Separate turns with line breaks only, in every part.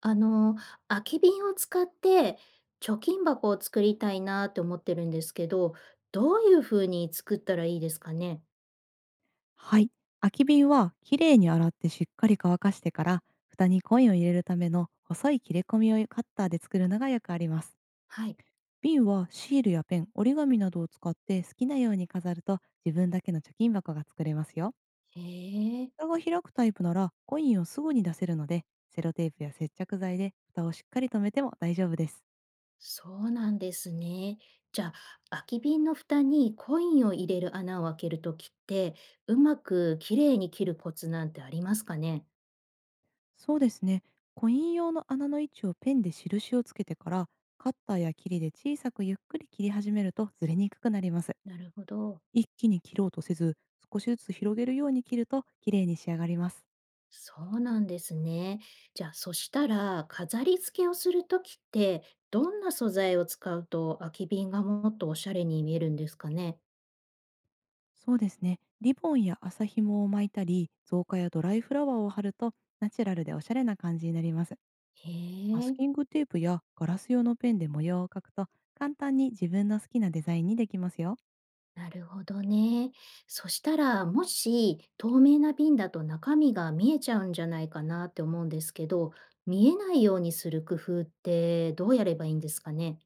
あの、空き瓶を使って貯金箱を作りたいなって思ってるんですけど、どういう風に作ったらいいですかね？
はい。空き瓶はきれいに洗ってしっかり乾かしてから、蓋にコインを入れるための細い切れ込みをカッターで作るのがよくあります。
はい。
瓶はシールやペン、折り紙などを使って好きなように飾ると、自分だけの貯金箱が作れますよ。
へえ、
蓋が開くタイプならコインをすぐに出せるので、セロテープや接着剤で蓋をしっかり留めても大丈夫です。
そうなんですね。じゃあ、空き瓶の蓋にコインを入れる穴を開けるときって、うまく綺麗に切るコツなんてありますかね？
そうですね。コイン用の穴の位置をペンで印をつけてから、カッターや切りで小さくゆっくり切り始めると、ずれにくくなります。
なるほど。
一気に切ろうとせず、少しずつ広げるように切ると綺麗に仕上がります。
そうなんですね。じゃあ、そしたら、飾り付けをするときって、どんな素材を使うと空き瓶がもっとおしゃれに見えるんですかね。
そうですね。リボンや麻紐を巻いたり、造花やドライフラワーを貼ると、ナチュラルでおしゃれな感じになります。
へ
マス
え、
キングテープやガラス用のペンで模様を描くと、簡単に自分の好きなデザインにできますよ。
なるほどね。そしたら、もし透明な瓶だと中身が見えちゃうんじゃないかなって思うんですけど、見えないようにする工夫ってどうやればいいんですかね。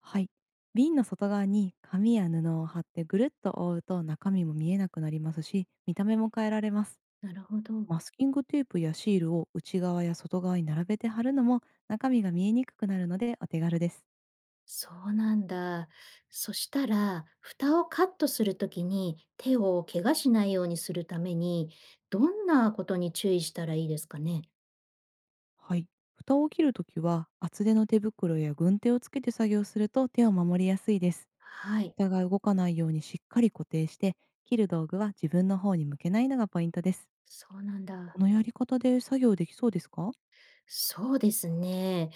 はい。瓶の外側に紙や布を貼ってぐるっと覆うと、中身も見えなくなりますし、見た目も変えられます。
なるほど。
マスキングテープやシールを内側や外側に並べて貼るのも、中身が見えにくくなるのでお手軽です。
そうなんだ。そしたら、蓋をカットするときに手を怪我しないようにするために、どんなことに注意したらいいですかね？
はい。蓋を切るときは、厚手の手袋や軍手をつけて作業すると手を守りやすいです。
はい、
蓋が動かないようにしっかり固定して、切る道具は自分の方に向けないのがポイントです。
そうなん
こ
だ。
のやり方で作業できそうですか？
そうですね。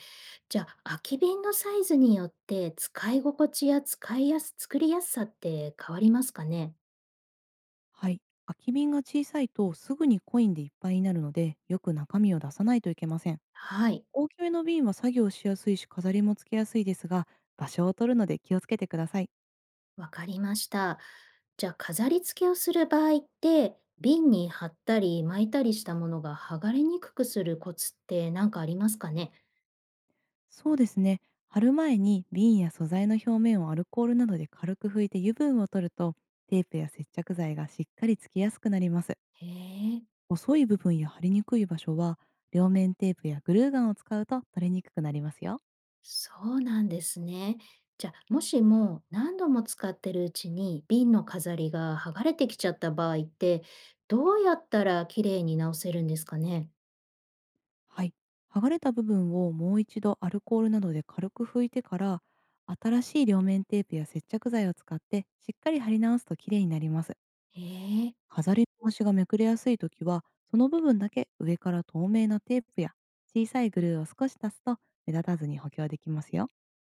じゃあ、空き瓶のサイズによって使い心地や使いやす作りやすさって変わりますかね？
はい。空き瓶が小さいとすぐにコインでいっぱいになるので、よく中身を出さないといけません。
はい。
大きめの瓶は作業しやすいし飾りもつけやすいですが、場所を取るので気をつけてください。
わかりました。じゃあ飾り付けをする場合って瓶に貼ったり巻いたりしたものが剥がれにくくするコツって何かありますかね。
そうですね。貼る前に瓶や素材の表面をアルコールなどで軽く拭いて油分を取ると、テープや接着剤がしっかりつきやすくなります。
へえ、
細い部分や貼りにくい場所は、両面テープやグルーガンを使うと取れにくくなりますよ。
そうなんですね。じゃあもしも何度も使ってるうちに瓶の飾りが剥がれてきちゃった場合ってどうやったら綺麗に直せるんですかね。
はい。剥がれた部分をもう一度アルコールなどで軽く拭いてから、新しい両面テープや接着剤を使ってしっかり貼り直すときれいになります。
へえ。
飾りの虫がめくれやすいときは、その部分だけ上から透明なテープや小さいグルーを少し足すと、目立たずに補強できますよ。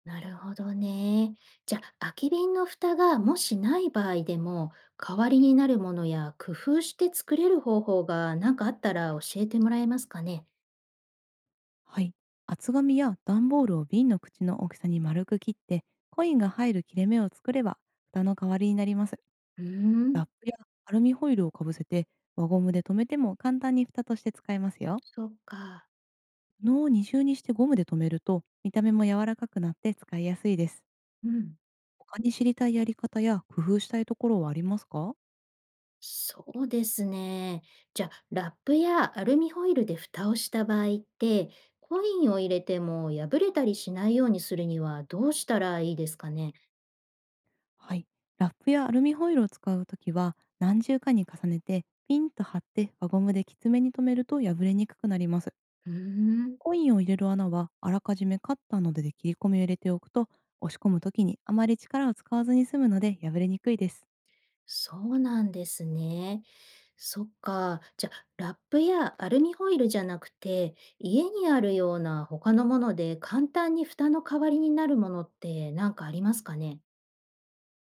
なるほどね。じゃあ、空き瓶の蓋がもしない場合でも、代わりになるものや工夫して作れる方法が何かあったら教えてもらえますかね。
はい。厚紙や段ボールを瓶の口の大きさに丸く切って、コインが入る切れ目を作れば蓋の代わりになります。
うーん、
ラップやアルミホイルをかぶせて輪ゴムで留めても、簡単に蓋として使えますよ。
そっか。
布を二重にしてゴムで留めると、見た目も柔らかくなって使いやすいです。
うん。
他に知りたいやり方や工夫したいところはありますか？
そうですね。じゃあ、ラップやアルミホイルで蓋をした場合って、コインを入れても破れたりしないようにするにはどうしたらいいですかね。
はい。ラップやアルミホイルを使うときは、何重かに重ねてピンと張って輪ゴムできつめに留めると破れにくくなります。
うーん。
コインを入れる穴はあらかじめカッターなどで切り込みを入れておくと、押し込むときにあまり力を使わずに済むので破れにくいです。
そうなんですね。そっか。じゃ、あ、ラップやアルミホイルじゃなくて、家にあるような他のもので簡単に蓋の代わりになるものって何かありますかね？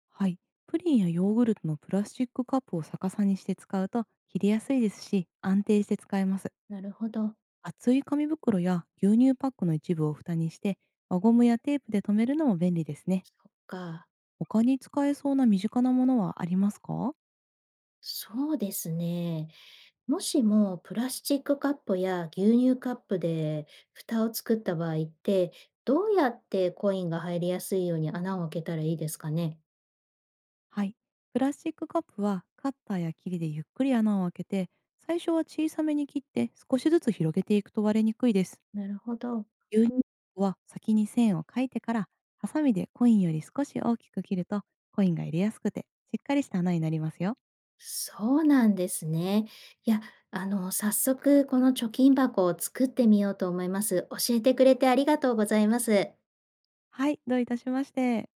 はい。プリンやヨーグルトのプラスチックカップを逆さにして使うと、切りやすいですし安定して使えます。
なるほど。
厚い紙袋や牛乳パックの一部を蓋にして、輪ゴムやテープで留めるのも便利ですね。
そっか。
他に使えそうな身近なものはありますか？
そうですね。もしもプラスチックカップや牛乳カップで蓋を作った場合って、どうやってコインが入りやすいように穴を開けたらいいですかね？
はい。プラスチックカップはカッターや切りでゆっくり穴を開けて、最初は小さめに切って少しずつ広げていくと割れにくいです。
なるほど。
牛乳は先に線を描いてから、ハサミでコインより少し大きく切ると、コインが入れやすくて、しっかりした穴になりますよ。
そうなんですね。いや、早速この貯金箱を作ってみようと思います。教えてくれてありがとうございます。
はい、どういたしまして。